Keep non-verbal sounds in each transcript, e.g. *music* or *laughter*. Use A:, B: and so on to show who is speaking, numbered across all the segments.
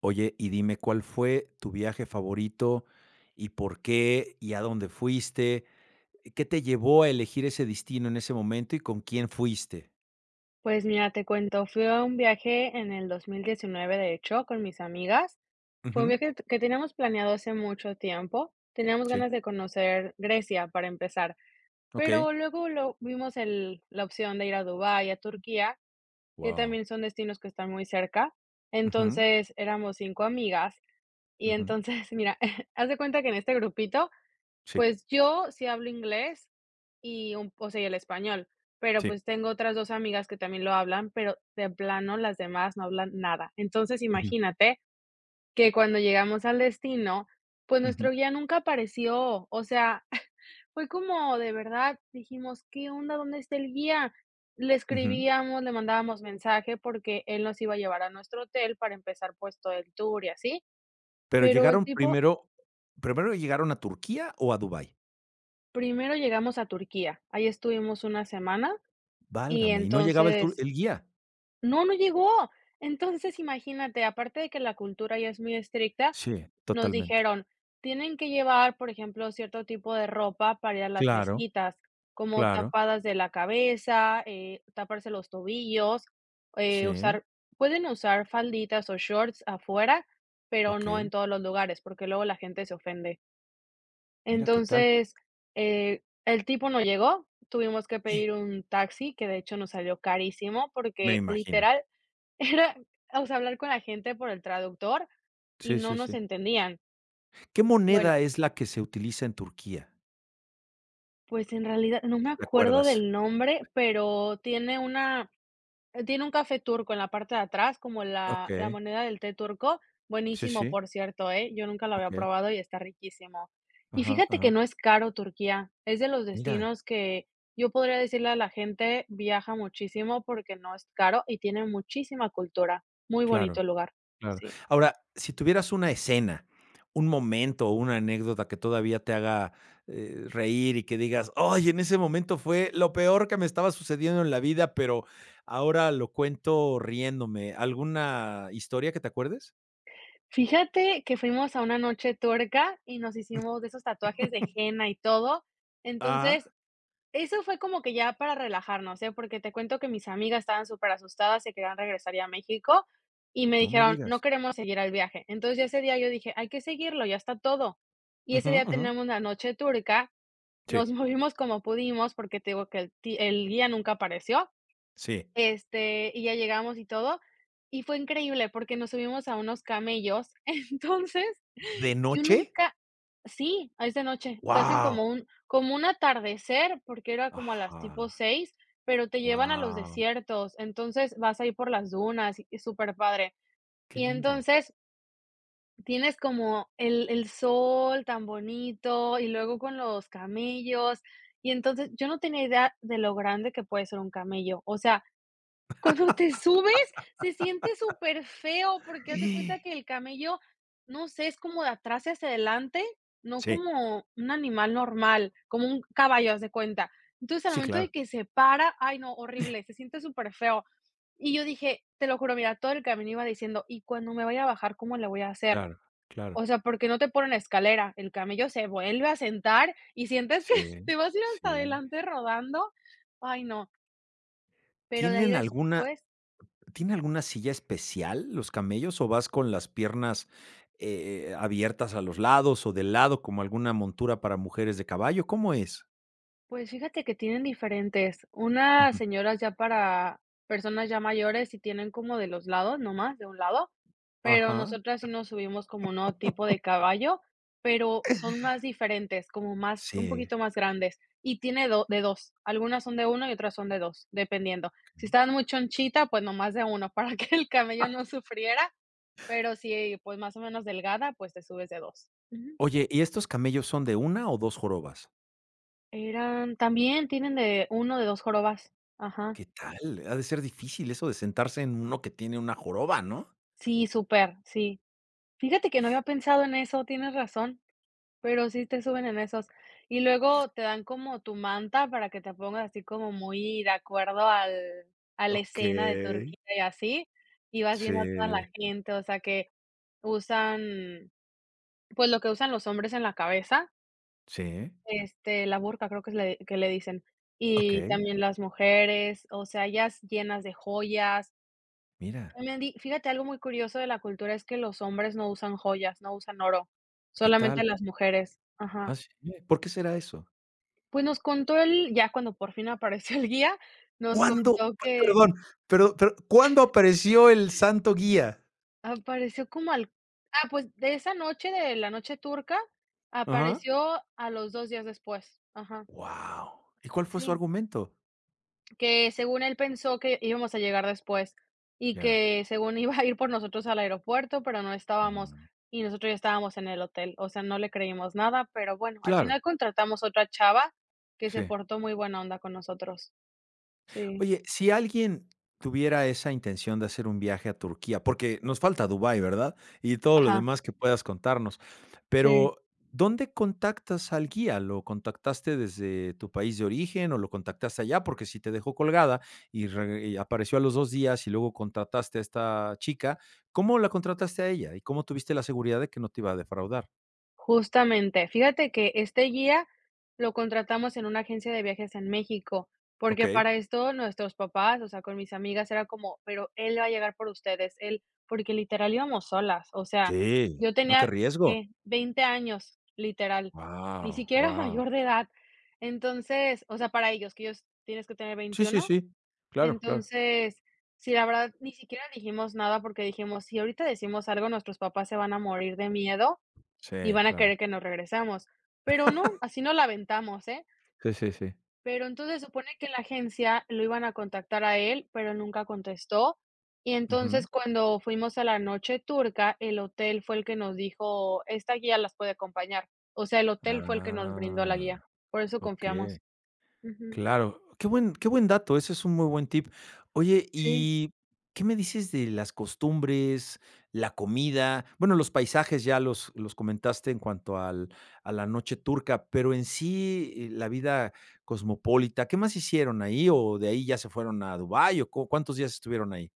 A: Oye, y dime, ¿cuál fue tu viaje favorito y por qué y a dónde fuiste? ¿Qué te llevó a elegir ese destino en ese momento y con quién fuiste?
B: Pues mira, te cuento, fui a un viaje en el 2019, de hecho, con mis amigas. Fue un
A: Ujú,
B: viaje que teníamos planeado hace mucho tiempo. Teníamos
A: sí,
B: ganas de conocer Grecia para empezar,
A: okey.
B: pero luego vimos la opción de ir a Dubái, a Turquía, que
A: Wow.
B: también son destinos que están muy cerca.
A: Ujú,
B: Entonces éramos cinco amigas y
A: ujú,
B: entonces, *laughs* mira, *laughs* haz de cuenta que en este grupito
A: sí,
B: pues yo sí hablo inglés y un o sea, y el español, pero,
A: sí,
B: pues, tengo otras 2 amigas que también lo hablan, pero de plano las demás no hablan nada. Entonces,
A: ujú,
B: imagínate que cuando llegamos al destino, pues,
A: ujú,
B: nuestro guía nunca apareció. O sea, *laughs* fue como de verdad dijimos: "¿Qué onda? ¿Dónde está el guía?". Le
A: ujú.
B: escribíamos, le mandábamos mensaje porque él nos iba a llevar a nuestro hotel para empezar, pues, todo el tour y así,
A: Pero
B: pero el
A: llegaron
B: tipo
A: primero ¿Primero llegaron a Turquía o a Dubái?
B: primero llegamos a Turquía, ahí estuvimos una semana. Y
A: Válgame, ¿y no llegaba el tur
B: entonces,
A: el guía?
B: no, no llegó. Entonces, imagínate, aparte de que la cultura ya es muy estricta,
A: Sí,
B: nos
A: totalmente.
B: dijeron, tienen que llevar, por ejemplo, cierto tipo de ropa para ir a las
A: Claro,
B: mezquitas, como
A: claro.
B: tapadas de la cabeza, taparse los tobillos,
A: Sí,
B: usar, pueden usar falditas o shorts afuera, pero no en
A: okey.
B: todos los lugares, porque luego la gente se ofende.
A: Mira, ¿qué tal?
B: Entonces, el tipo no llegó, tuvimos que pedir un taxi, que de hecho nos salió carísimo,
A: Me
B: porque
A: imagino.
B: literal *laughs* era, o sea, hablar con la gente por el traductor y
A: Sí,
B: no
A: sí,
B: nos
A: sí.
B: entendían.
A: ¿Qué
B: Bueno,
A: moneda es la que se utiliza en Turquía?
B: pues en realidad no me
A: Si te
B: acuerdo
A: acuerdas.
B: del nombre, pero tiene una. Tiene un café turco en la parte de atrás, como la
A: Okey.
B: moneda del té turco,
A: Sí,
B: buenísimo,
A: sí.
B: por cierto, ¿eh? Yo nunca lo había
A: Okey.
B: probado y está riquísimo. Y
A: Ajá,
B: fíjate que
A: ajá.
B: no es caro Turquía, es de los
A: Mira,
B: destinos que yo podría decirle a la gente, viaja muchísimo porque no es caro y tiene muchísima cultura. Muy
A: claro,
B: bonito el lugar,
A: claro.
B: sí.
A: Ahora, si tuvieras una escena, un momento o una anécdota que todavía te haga, reír y que digas: "Ay, en ese momento fue lo peor que me estaba sucediendo en la vida, pero ahora lo cuento riéndome", ¿alguna historia que te acuerdes?
B: Fíjate que fuimos a una noche tuerca y nos hicimos de esos tatuajes de henna y todo.
A: Ah,
B: Entonces, eso fue como que ya para relajarnos, ¿eh? Porque te cuento que mis amigas estaban súper asustadas, se querían regresar ya a México y me
A: no me
B: dijeron: "No
A: digas.
B: queremos seguir el viaje". Entonces, ya ese día yo dije: "Hay que seguirlo, ya está todo". Y ese
A: Ujú,
B: día
A: ujú.
B: tenemos la noche turca, nos
A: Sí,
B: *laughs* movimos como pudimos, porque te digo que el guía nunca apareció,
A: sí.
B: este, y ya llegamos y todo, y fue increíble porque nos subimos a unos camellos. *laughs* Entonces,
A: ¿De
B: yo
A: noche?
B: nunca, sí, a esa noche, te hacen
A: Guau.
B: como un atardecer, porque era como a las tipo
A: Ajá.
B: seis, pero te llevan a los
A: Wow,
B: desiertos, entonces vas ahí por las dunas y es súper padre.
A: qué
B: Y
A: lindo.
B: entonces tienes como el sol tan bonito y luego con los camellos, y entonces yo no tenía idea de lo grande que puede ser un camello. O sea, cuando te subes, se siente súper feo porque haz de cuenta que el camello, no sé, es como de atrás hacia adelante, no
A: Sí,
B: como un animal normal, como un caballo, haz de cuenta. Entonces, al
A: sí,
B: momento de
A: claro,
B: que se para, ay no, horrible, se siente súper feo. Y yo dije, te lo juro, mira, todo el camino iba diciendo, y cuando me vaya a bajar, ¿cómo le voy a hacer?
A: claro, claro.
B: O sea, porque no te ponen escalera, el camello se vuelve a sentar y sientes que
A: Sí,
B: *laughs* te vas a ir hasta
A: sí.
B: adelante rodando. Ay, no, pero de ahí
A: ¿Tienen alguna
B: después.
A: tiene alguna silla especial los camellos o vas con las piernas, abiertas a los lados o de lado como alguna montura para mujeres de caballo? ¿Cómo es?
B: Pues fíjate que tienen diferentes. Unas
A: Ujú.
B: señoras ya para personas ya mayores y tienen como de los lados, nomás de un lado, pero
A: Ajá,
B: nosotras sí nos subimos como no tipo de caballo, pero son más diferentes, como más, un
A: sí.
B: poquito más grandes. Y tiene de dos. Algunas son de uno y otras son de dos, dependiendo. Si estaban muy chonchita, pues nomás de uno, *laughs* para que el camello no sufriera. Pero si pues más o menos delgada, pues te subes de dos. Ujú.
A: Oye, ¿y estos camellos son de una o 2 jorobas?
B: Eran, también tienen de uno de dos jorobas. Ajá.
A: ¿Qué tal? Ha de ser difícil eso de sentarse en uno que tiene una joroba, ¿no?
B: Sí, súper, sí. Fíjate que no había pensado en eso, tienes razón, pero sí te suben en esos. Y luego te dan como tu manta para que te pongas así como muy de acuerdo al a la escena de
A: Okey.
B: Turquía y así, y vas viendo a toda la
A: Sí,
B: gente, o sea, que usan, pues, lo que usan los hombres en la cabeza,
A: sí.
B: este, la burka creo que es le que le dicen, y
A: Okey,
B: también las mujeres, o sea, ellas llenas de joyas.
A: mira,
B: Me fíjate, algo muy curioso de la cultura es que los hombres no usan joyas, no usan oro,
A: ¿qué
B: solamente
A: tal?
B: las mujeres.
A: Ah,
B: Ajá.
A: sí, ¿por qué será eso?
B: Pues nos contó él, ya cuando por fin apareció el guía, nos
A: ¿Cuándo?
B: contó
A: Pe
B: que
A: perdón, pero, ¿cuándo apareció el santo guía?
B: apareció como al, ah, pues de esa noche, de la noche turca,
A: Ajá.
B: apareció a los 2 días después. Ajá,
A: Wow. ¿Y cuál fue su
B: sí.
A: argumento?
B: Que según él pensó que íbamos a llegar después y
A: Ya,
B: que según *laughs* iba a ir por nosotros al aeropuerto, pero no estábamos
A: mm,
B: y nosotros ya estábamos en el hotel, o sea, no le creímos nada, pero bueno, al
A: claro,
B: final contratamos otra chava que se
A: sí.
B: portó muy buena onda con nosotros. Sí,
A: Oye, si alguien tuviera esa intención de hacer un viaje a Turquía, porque nos falta Dubái, ¿verdad? Y todo lo
B: ajá,
A: demás que puedas contarnos.
B: sí.
A: Pero, ¿dónde contactas al guía? ¿Lo contactaste desde tu país de origen o lo contactaste allá? Porque si te dejó colgada y apareció a los 2 días y luego contrataste a esta chica, ¿cómo la contrataste a ella? ¿Y cómo tuviste la seguridad de que no te iba a defraudar?
B: Justamente, fíjate que este guía lo contratamos en una agencia de viajes en México, porque
A: Okey.
B: para esto nuestros papás, o sea, con mis amigas era como, pero él va a llegar por ustedes, él, porque literal íbamos solas, o sea,
A: Sí,
B: yo
A: no, qué
B: tenía,
A: riesgo.
B: ¿qué? 20 años, literal, ni
A: Wow.
B: siquiera *laughs*
A: Wow.
B: mayor de edad. Entonces, o sea, para ellos, que ellos tienes que tener
A: Sí, sí,
B: 21,
A: sí. Claro, claro.
B: entonces, sí, la verdad, ni siquiera dijimos nada porque dijimos, si ahorita decimos algo, nuestros papás se van a morir de miedo y
A: Sí,
B: van a
A: claro.
B: querer que nos regresamos, pero no, así no la aventamos, ¿eh?
A: Sí, sí, sí.
B: Pero entonces supone que en la agencia lo iban a contactar a él, pero nunca contestó. Y entonces
A: Ujú.
B: cuando fuimos a la noche turca, el hotel fue el que nos dijo, esta guía las puede acompañar. O sea, el hotel fue el que nos brindó la
A: Ah,
B: guía, por eso
A: okey.
B: confiamos. Ujú,
A: Claro. Qué buen dato, ese es un muy buen tip. Oye,
B: sí.
A: ¿y qué me dices de las costumbres, la comida? Bueno, los paisajes ya los comentaste en cuanto al a la noche turca, pero en sí, la vida cosmopolita, ¿qué más hicieron ahí? ¿O de ahí ya se fueron a Dubái, o cu cuántos días estuvieron ahí?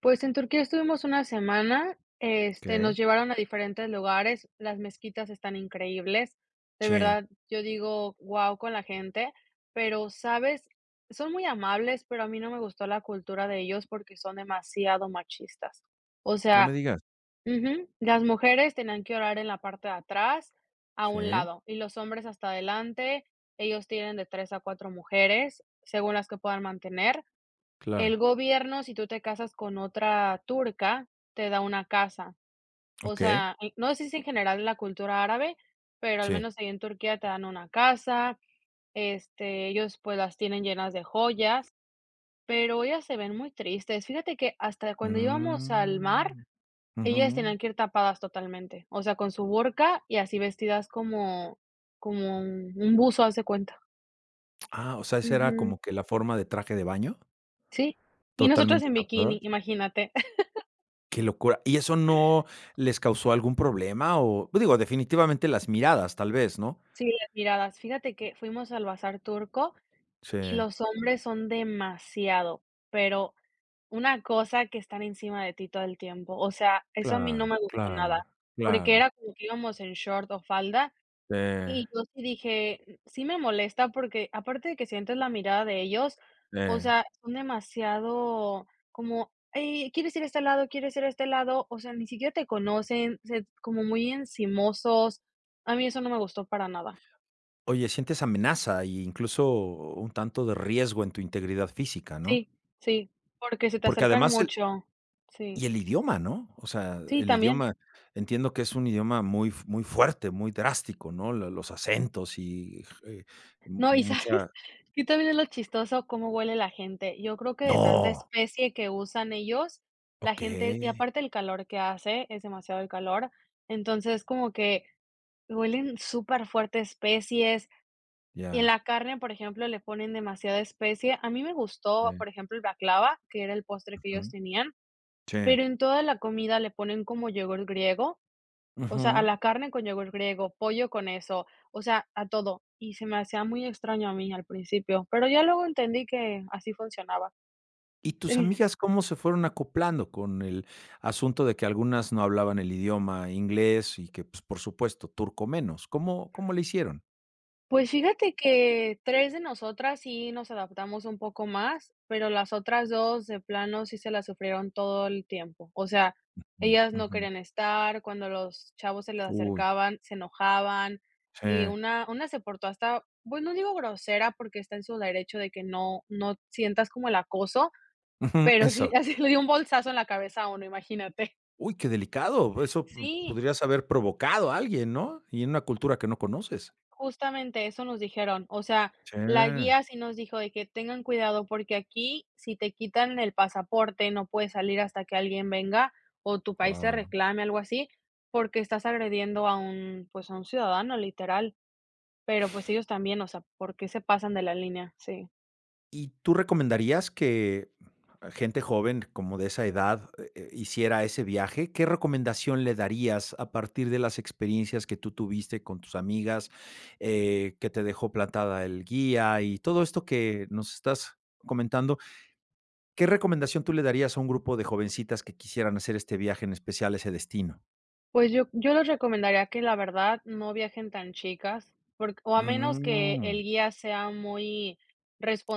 B: Pues en Turquía estuvimos una semana, este, nos
A: Okey.
B: llevaron a diferentes lugares, las mezquitas están increíbles, de
A: Sí,
B: verdad, yo digo, guau, con la gente, pero, ¿sabes? Son muy amables, pero a mí no me gustó la cultura de ellos porque son demasiado machistas. O
A: no me
B: sea,
A: digas.
B: ujú, las mujeres tenían que orar en la parte de atrás, a un
A: Sí,
B: lado, y los hombres hasta adelante, ellos tienen de 3 a 4 mujeres, según las que puedan mantener, el
A: claro.
B: gobierno, si tú te casas con otra turca, te da una casa. O
A: Okey,
B: sea, no sé si es en general la cultura árabe, pero al
A: sí.
B: menos ahí en Turquía te dan una casa, este, ellos, pues, las tienen llenas de joyas, pero ellas se ven muy tristes. Fíjate que hasta cuando íbamos al mar,
A: Mm.
B: ellas
A: Ujú.
B: tenían que ir tapadas totalmente, o sea, con su burka y así vestidas como como un buzo, haz de cuenta.
A: Ah, o sea, esa era
B: Ujú,
A: como que la forma de traje de baño,
B: sí, y nosotros
A: totalmente
B: en bikini,
A: tapadas.
B: imagínate.
A: Qué locura. ¿Y eso no les causó algún problema? O digo, definitivamente las miradas, tal vez, ¿no?
B: Sí, las miradas. Fíjate que fuimos al bazar turco
A: Sí,
B: y los hombres son demasiado, pero una cosa que están encima de ti todo el tiempo. O sea, eso a mí no
A: claro,
B: me gustó nada,
A: claro,
B: porque
A: claro.
B: era como que íbamos en short o falda
A: Eh,
B: y yo sí dije, "Mm, sí me molesta porque aparte de que sientes la mirada de ellos,
A: sí.
B: o sea, son demasiado como, "Ey, ¿quieres ir a este lado? ¿Quieres ir a este lado? O sea, ni siquiera te conocen, se- como muy encimosos. A mí eso no me gustó para nada.
A: Oye, sientes amenaza e incluso un tanto de riesgo en tu integridad física, ¿no?
B: Sí, sí, porque se te
A: Porque
B: acercan
A: además
B: mucho. Sí,
A: y el idioma, ¿no? O sea,
B: sí,
A: el
B: también.
A: idioma, entiendo que es un idioma muy fuerte, muy drástico, ¿no? Lo los acentos y, mu
B: No, ¿y sabes?
A: mucha
B: *laughs* Que también es lo chistoso cómo huele la gente. Yo creo que de tanta
A: ¡no!
B: especie que usan ellos, la gente y
A: Okey,
B: aparte el calor que hace, es demasiado el calor, entonces como que huelen súper fuerte especies y en
A: ya,
B: la carne, por ejemplo, le ponen demasiada especie. A mí me gustó,
A: sí,
B: por ejemplo, el baklava, que era el postre que ellos
A: ujú,
B: tenían,
A: sí,
B: pero en toda la comida le ponen como yogur griego. O sea, a
A: ujú.
B: la carne con yogur griego, pollo con eso, o sea, a todo. Y se me hacía muy extraño a mí al principio, pero ya luego entendí que así funcionaba.
A: ¿Y tus
B: Sí.
A: amigas cómo se fueron acoplando con el asunto de que algunas no hablaban el idioma inglés y que, pues, por supuesto, turco menos? ¿Cómo le hicieron?
B: Pues fíjate que 3 de nosotras sí nos adaptamos un poco más, pero las otras 2 de plano sí se la sufrieron todo el tiempo. O sea,
A: Mm,
B: ellas no
A: ujú.
B: querían estar, cuando los chavos se les
A: Uy,
B: acercaban, se enojaban,
A: sí,
B: y una se portó hasta, pues, no digo grosera porque está en su derecho de que no sientas como el acoso.
A: ujú,
B: Pero sí,
A: eso.
B: *laughs* así le dio un bolsazo en la cabeza a uno, imagínate.
A: Uy, qué delicado. Pues, eso p
B: Sí,
A: podrías haber provocado a alguien, ¿no? Y en una cultura que no conoces.
B: justamente eso nos dijeron. O sea,
A: Sí,
B: la guía sí nos dijo de que tengan cuidado porque aquí, si te quitan el pasaporte, no puedes salir hasta que alguien venga o tu país te
A: guau.
B: reclame, algo así, porque estás agrediendo a un, pues, a un ciudadano, literal. Pero, pues, ellos también, o sea, ¿por qué se pasan de la línea? Sí.
A: ¿Y tú recomendarías que gente joven, como de esa edad, hiciera ese viaje? ¿Qué recomendación le darías a partir de las experiencias que tú tuviste con tus amigas, que te dejó plantada el guía y todo esto que nos estás comentando? ¿Qué recomendación tú le darías a un grupo de jovencitas que quisieran hacer este viaje, en especial ese destino?
B: Pues yo les recomendaría que la verdad no viajen tan chicas, porque o a menos que
A: Mm,
B: el guía sea muy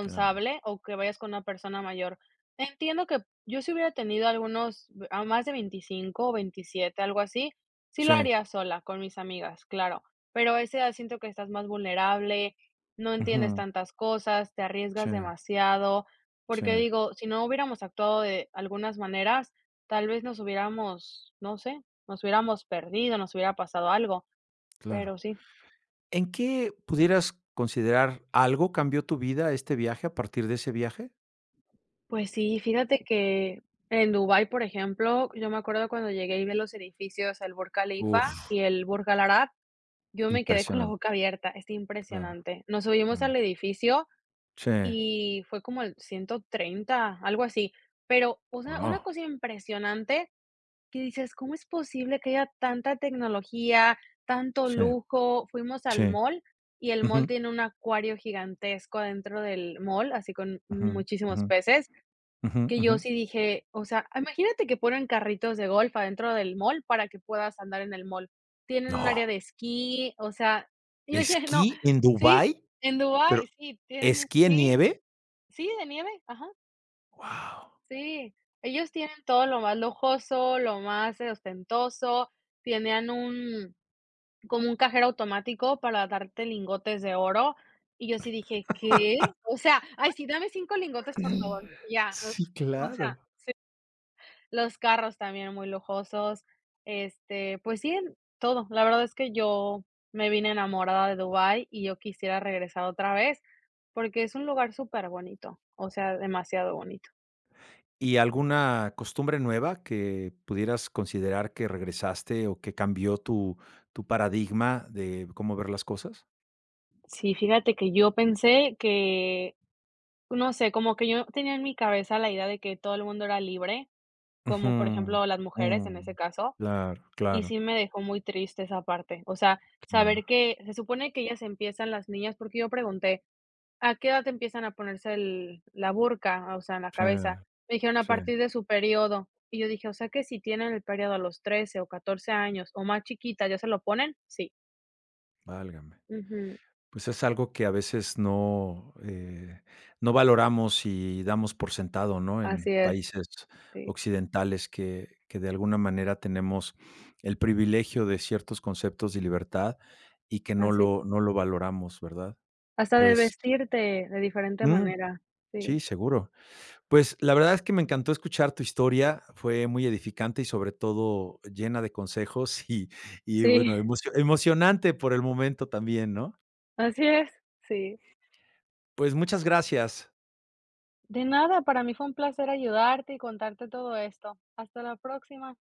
A: claro.
B: o que vayas con una persona mayor. Entiendo que yo si hubiera tenido a más de 25, o 27, algo así, sí lo
A: Sí,
B: haría sola con mis amigas, claro, pero a esa edad siento que estás más vulnerable, no entiendes
A: ujú,
B: tantas cosas, te arriesgas
A: sí,
B: demasiado,
A: sí,
B: porque digo, si no hubiéramos actuado de algunas maneras, tal vez nos hubiéramos, no sé, nos hubiéramos perdido, nos hubiera pasado algo,
A: claro.
B: pero sí.
A: ¿En qué pudieras considerar algo cambió tu vida este viaje a partir de ese viaje?
B: Pues sí, fíjate que en Dubái, por ejemplo, yo me acuerdo cuando llegué y vi los edificios, el Burj
A: Uf,
B: Khalifa y el Burj Al Arab, yo me quedé *laughs* con la boca
A: impresionante.
B: abierta, es
A: Claro,
B: impresionante. Nos subimos
A: claro.
B: al edificio
A: Sí,
B: y fue como el 130, algo así, pero, o sea, una
A: wow,
B: cosa impresionante. Que dices: "¿Cómo es posible que haya tanta tecnología, tanto
A: sí,
B: lujo?". Fuimos al
A: sí.
B: mall y el mall
A: Ujú,
B: tiene un acuario gigantesco adentro del mall, así con
A: ujú,
B: muchísimos
A: ujú,
B: peces,
A: ujú,
B: que
A: ujú.
B: yo sí dije, o sea, imagínate que ponen carritos de golf adentro del mall para que puedas andar en el mall. Tienen un
A: No,
B: área de esquí, o sea, *laughs* yo dije: "No".
A: ¿esquí en
B: Sí,
A: Dubái?
B: en
A: ¿Pero
B: Dubái, sí, tienen
A: esquí en
B: esquí.
A: nieve?
B: Sí, de nieve, ajá.
A: Wow,
B: Sí, ellos tienen todo lo más lujoso, lo más, ostentoso, tenían un como un cajero automático para darte lingotes de oro, y yo sí dije: "¿Qué?". O sea, ay, sí, dame 5 lingotes, por favor, y ya,
A: sí,
B: *laughs* o sea,
A: claro.
B: los carros también muy lujosos, este, pues sí, todo. La verdad es que yo me vine enamorada de Dubái y yo quisiera regresar otra vez, porque es un lugar súper bonito, o sea, demasiado bonito.
A: ¿Y alguna costumbre nueva que pudieras considerar que regresaste o que cambió tu paradigma de cómo ver las cosas?
B: Sí, fíjate que yo pensé que, no sé, como que yo tenía en mi cabeza la idea de que todo el mundo era libre, como por
A: Ujú,
B: ejemplo las mujeres en ese
A: mm,
B: caso,
A: claro,
B: y
A: claro,
B: sí me dejó muy triste esa parte. O sea, saber
A: claro.
B: que se supone que ellas empiezan, las niñas, porque yo pregunté, ¿a qué edad empiezan a ponerse el, la burka? O sea, en la
A: Sí,
B: cabeza. Me dijeron a
A: sí.
B: partir de su periodo. Y yo dije, o sea que si tienen el periodo a los 13 o 14 años o más chiquita, ¿ya se lo ponen? Sí.
A: Válgame.
B: Ujú,
A: Pues es algo que a veces no, no valoramos y damos por sentado, ¿no?
B: así
A: En
B: es.
A: países
B: Sí,
A: occidentales que de alguna manera tenemos el privilegio de ciertos conceptos de libertad y que no
B: así.
A: lo, no lo valoramos, ¿verdad?
B: Hasta de
A: Pues,
B: vestirte de diferente
A: mm,
B: manera. Sí,
A: sí, seguro. Pues la verdad es que me encantó escuchar tu historia, fue muy edificante y sobre todo llena de consejos *laughs* y
B: sí, *laughs*
A: bueno, emocionante por el momento también, ¿no?
B: así es, sí.
A: Pues muchas gracias.
B: De nada, para mí fue un placer ayudarte y contarte todo esto. Hasta la próxima.